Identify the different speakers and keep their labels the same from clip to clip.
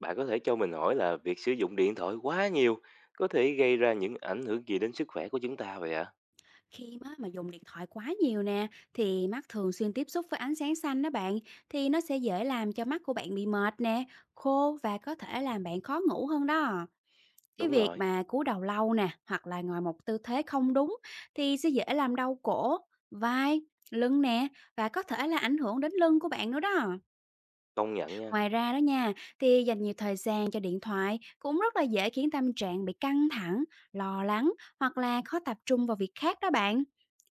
Speaker 1: Bạn có thể cho mình hỏi là việc sử dụng điện thoại quá nhiều có thể gây ra những ảnh hưởng gì đến sức khỏe của chúng ta vậy ạ?
Speaker 2: Khi mà dùng điện thoại quá nhiều nè, thì mắt thường xuyên tiếp xúc với ánh sáng xanh đó bạn, thì nó sẽ dễ làm cho mắt của bạn bị mệt nè, khô và có thể làm bạn khó ngủ hơn đó. Cái
Speaker 1: Đúng
Speaker 2: việc
Speaker 1: rồi,
Speaker 2: mà cúi đầu lâu nè hoặc là ngồi một tư thế không đúng thì sẽ dễ làm đau cổ, vai, lưng nè và có thể là ảnh hưởng đến lưng của bạn nữa đó.
Speaker 1: công nhận nha,
Speaker 2: Ngoài ra đó nha, thì dành nhiều thời gian cho điện thoại cũng rất là dễ khiến tâm trạng bị căng thẳng, lo lắng hoặc là khó tập trung vào việc khác đó bạn.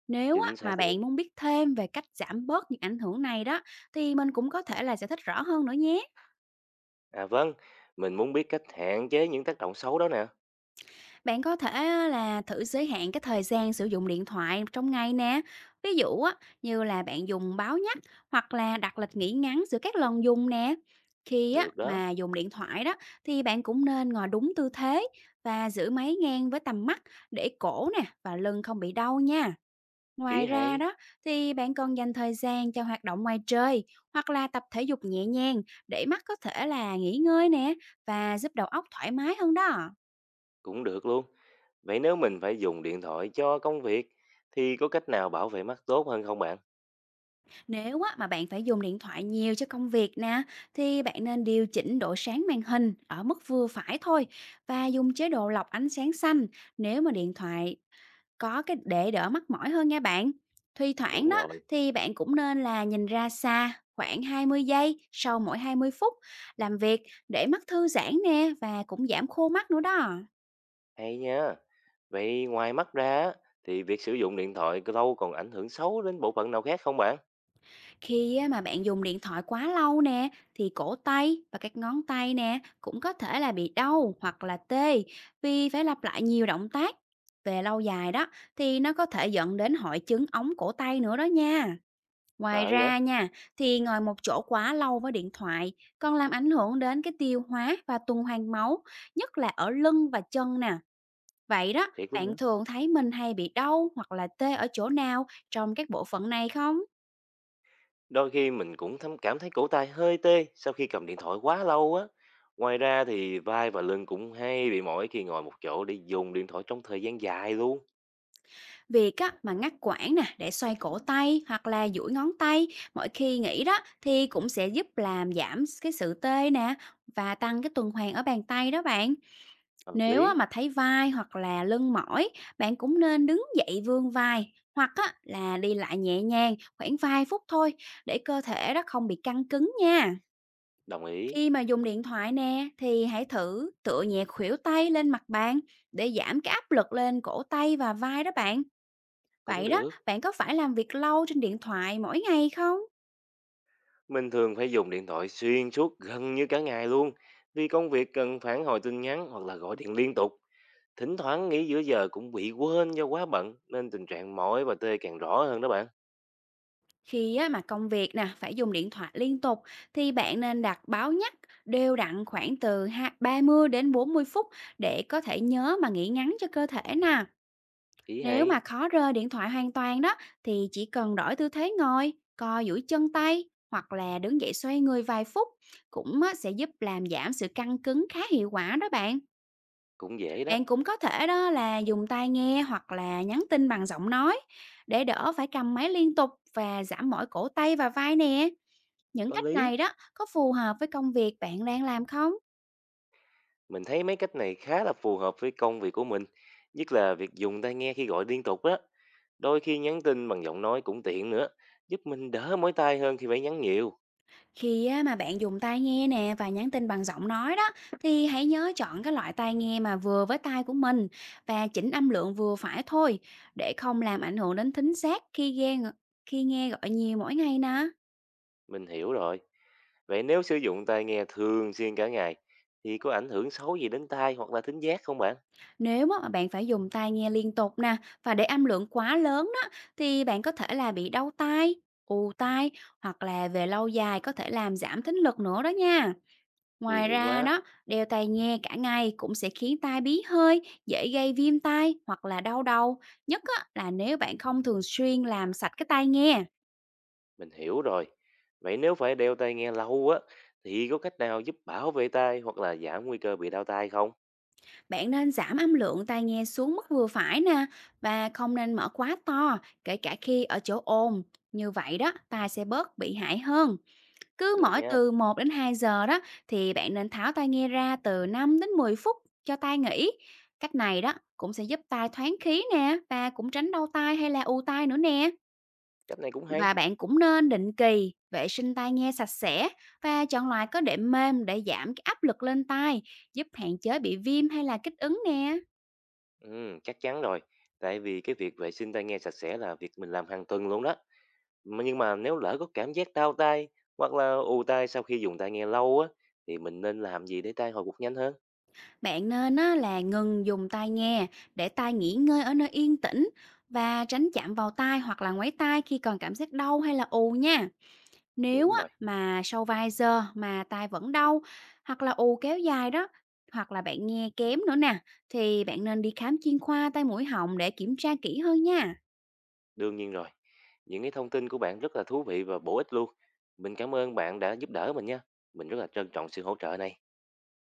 Speaker 2: Nếu á,
Speaker 1: chính
Speaker 2: mà
Speaker 1: xác luôn.
Speaker 2: bạn muốn biết thêm về cách giảm bớt những ảnh hưởng này đó, thì mình cũng có thể là giải thích rõ hơn nữa nhé.
Speaker 1: À vâng, mình muốn biết cách hạn chế những tác động xấu đó nè.
Speaker 2: Bạn có thể á, là thử giới hạn cái thời gian sử dụng điện thoại trong ngày nè. Ví dụ á, như là bạn dùng báo nhắc hoặc là đặt lịch nghỉ ngắn giữa các lần dùng nè. Khi á,
Speaker 1: Được đó,
Speaker 2: mà dùng điện thoại đó, thì bạn cũng nên ngồi đúng tư thế và giữ máy ngang với tầm mắt, để cổ nè và lưng không bị đau nha.
Speaker 1: ý
Speaker 2: Ngoài ra
Speaker 1: hay,
Speaker 2: đó, thì bạn còn dành thời gian cho hoạt động ngoài trời hoặc là tập thể dục nhẹ nhàng để mắt có thể là nghỉ ngơi nè và giúp đầu óc thoải mái hơn đó.
Speaker 1: cũng được luôn. Vậy nếu mình phải dùng điện thoại cho công việc thì có cách nào bảo vệ mắt tốt hơn không bạn?
Speaker 2: Nếu á, mà bạn phải dùng điện thoại nhiều cho công việc nè, thì bạn nên điều chỉnh độ sáng màn hình ở mức vừa phải thôi và dùng chế độ lọc ánh sáng xanh nếu mà điện thoại có cái, để đỡ mắc mỏi hơn nha bạn. Thi thoảng
Speaker 1: Đúng
Speaker 2: đó,
Speaker 1: rồi,
Speaker 2: thì bạn cũng nên là nhìn ra xa khoảng 20 giây sau mỗi 20 phút làm việc, để mắt thư giãn nè và cũng giảm khô mắt nữa đó.
Speaker 1: hay nha. Vậy ngoài mắt ra á, thì việc sử dụng điện thoại lâu còn ảnh hưởng xấu đến bộ phận nào khác không bạn?
Speaker 2: Khi á, mà bạn dùng điện thoại quá lâu nè, thì cổ tay và các ngón tay nè cũng có thể là bị đau hoặc là tê, vì phải lặp lại nhiều động tác. Về lâu dài đó, thì nó có thể dẫn đến hội chứng ống cổ tay nữa đó nha. Ngoài
Speaker 1: Sợ vậy?
Speaker 2: ra nha, thì ngồi một chỗ quá lâu với điện thoại còn làm ảnh hưởng đến cái tiêu hóa và tuần hoàn máu, nhất là ở lưng và chân nè. Vậy đó,
Speaker 1: Thiệt luôn hả?
Speaker 2: bạn thường thấy mình hay bị đau hoặc là tê ở chỗ nào trong các bộ phận này không?
Speaker 1: Đôi khi mình cũng thấm cảm thấy cổ tay hơi tê sau khi cầm điện thoại quá lâu á. Ngoài ra thì vai và lưng cũng hay bị mỏi khi ngồi một chỗ để dùng điện thoại trong thời gian dài luôn.
Speaker 2: Việc á, mà ngắt quãng nè để xoay cổ tay hoặc là duỗi ngón tay mỗi khi nghỉ đó, thì cũng sẽ giúp làm giảm cái sự tê nè và tăng cái tuần hoàn ở bàn tay đó bạn.
Speaker 1: Hợp
Speaker 2: Nếu á
Speaker 1: lý,
Speaker 2: mà thấy vai hoặc là lưng mỏi, bạn cũng nên đứng dậy vươn vai hoặc á là đi lại nhẹ nhàng khoảng vài phút thôi, để cơ thể đó không bị căng cứng nha.
Speaker 1: đồng ý,
Speaker 2: Khi mà dùng điện thoại nè, thì hãy thử tựa nhẹ khuỷu tay lên mặt bàn để giảm cái áp lực lên cổ tay và vai đó bạn.
Speaker 1: cũng
Speaker 2: Vậy đó,
Speaker 1: được.
Speaker 2: bạn có phải làm việc lâu trên điện thoại mỗi ngày không?
Speaker 1: Mình thường phải dùng điện thoại xuyên suốt gần như cả ngày luôn. Vì công việc cần phản hồi tin nhắn hoặc là gọi điện liên tục. Thỉnh thoảng nghỉ giữa giờ cũng bị quên do quá bận nên tình trạng mỏi và tê càng rõ hơn đó bạn.
Speaker 2: Khi á, mà công việc nè phải dùng điện thoại liên tục, thì bạn nên đặt báo nhắc đều đặn khoảng từ 30 đến 40 phút, để có thể nhớ mà nghỉ ngắn cho cơ thể nè.
Speaker 1: Ý
Speaker 2: Nếu
Speaker 1: hay,
Speaker 2: mà khó rơi điện thoại hoàn toàn đó, thì chỉ cần đổi tư thế ngồi, co duỗi chân tay hoặc là đứng dậy xoay người vài phút cũng á, sẽ giúp làm giảm sự căng cứng khá hiệu quả đó bạn.
Speaker 1: cũng dễ đó,
Speaker 2: Bạn cũng có thể đó là dùng tai nghe hoặc là nhắn tin bằng giọng nói, để đỡ phải cầm máy liên tục và giảm mỏi cổ tay và vai nè. Những
Speaker 1: có
Speaker 2: cách
Speaker 1: lý.
Speaker 2: này đó có phù hợp với công việc bạn đang làm không?
Speaker 1: Mình thấy mấy cách này khá là phù hợp với công việc của mình, nhất là việc dùng tai nghe khi gọi liên tục đó. Đôi khi nhắn tin bằng giọng nói cũng tiện nữa, giúp mình đỡ mỏi tai hơn khi phải nhắn nhiều.
Speaker 2: Khi á, mà bạn dùng tai nghe nè và nhắn tin bằng giọng nói đó, thì hãy nhớ chọn cái loại tai nghe mà vừa với tai của mình và chỉnh âm lượng vừa phải thôi, để không làm ảnh hưởng đến thính giác khi nghe gọi nhiều mỗi ngày nè.
Speaker 1: Mình hiểu rồi. Vậy nếu sử dụng tai nghe thường xuyên cả ngày thì có ảnh hưởng xấu gì đến tai hoặc là thính giác không bạn?
Speaker 2: Nếu mà bạn phải dùng tai nghe liên tục nè và để âm lượng quá lớn đó, thì bạn có thể là bị đau tai, ù tai, hoặc là về lâu dài có thể làm giảm thính lực nữa đó nha.
Speaker 1: Nguy
Speaker 2: Ngoài
Speaker 1: hiểm
Speaker 2: ra
Speaker 1: quá.
Speaker 2: đó, đeo tai nghe cả ngày cũng sẽ khiến tai bí hơi, dễ gây viêm tai hoặc là đau đầu. Nhất á, là nếu bạn không thường xuyên làm sạch cái tai nghe.
Speaker 1: Mình hiểu rồi. Vậy nếu phải đeo tai nghe lâu á thì có cách nào giúp bảo vệ tai hoặc là giảm nguy cơ bị đau tai không?
Speaker 2: Bạn nên giảm âm lượng tai nghe xuống mức vừa phải nè và không nên mở quá to, kể cả khi ở chỗ ồn. Như vậy đó, tai sẽ bớt bị hại hơn. Cứ
Speaker 1: Được
Speaker 2: mỗi
Speaker 1: nha.
Speaker 2: từ 1 đến 2 giờ đó, thì bạn nên tháo tai nghe ra từ 5 đến 10 phút cho tai nghỉ. Cách này đó cũng sẽ giúp tai thoáng khí nè và cũng tránh đau tai hay là ù tai nữa nè.
Speaker 1: Cách này cũng hay.
Speaker 2: Và bạn cũng nên định kỳ vệ sinh tai nghe sạch sẽ và chọn loại có đệm mềm, để giảm cái áp lực lên tai, giúp hạn chế bị viêm hay là kích ứng nè.
Speaker 1: Chắc chắn rồi. Tại vì cái việc vệ sinh tai nghe sạch sẽ là việc mình làm hàng tuần luôn đó. Nhưng mà nếu lỡ có cảm giác đau tai hoặc là ù tai sau khi dùng tai nghe lâu á thì mình nên làm gì để tai hồi phục nhanh hơn?
Speaker 2: Bạn nên á, là ngừng dùng tai nghe để tai nghỉ ngơi ở nơi yên tĩnh và tránh chạm vào tai hoặc là ngoáy tai khi còn cảm giác đau hay là ù nha. Nếu
Speaker 1: Đúng
Speaker 2: á
Speaker 1: rồi,
Speaker 2: mà sau vài giờ mà tai vẫn đau hoặc là ù kéo dài đó, hoặc là bạn nghe kém nữa nè, thì bạn nên đi khám chuyên khoa tai mũi họng để kiểm tra kỹ hơn nha.
Speaker 1: đương nhiên rồi. Những cái thông tin của bạn rất là thú vị và bổ ích luôn. Mình cảm ơn bạn đã giúp đỡ mình nha. Mình rất là trân trọng sự hỗ trợ này.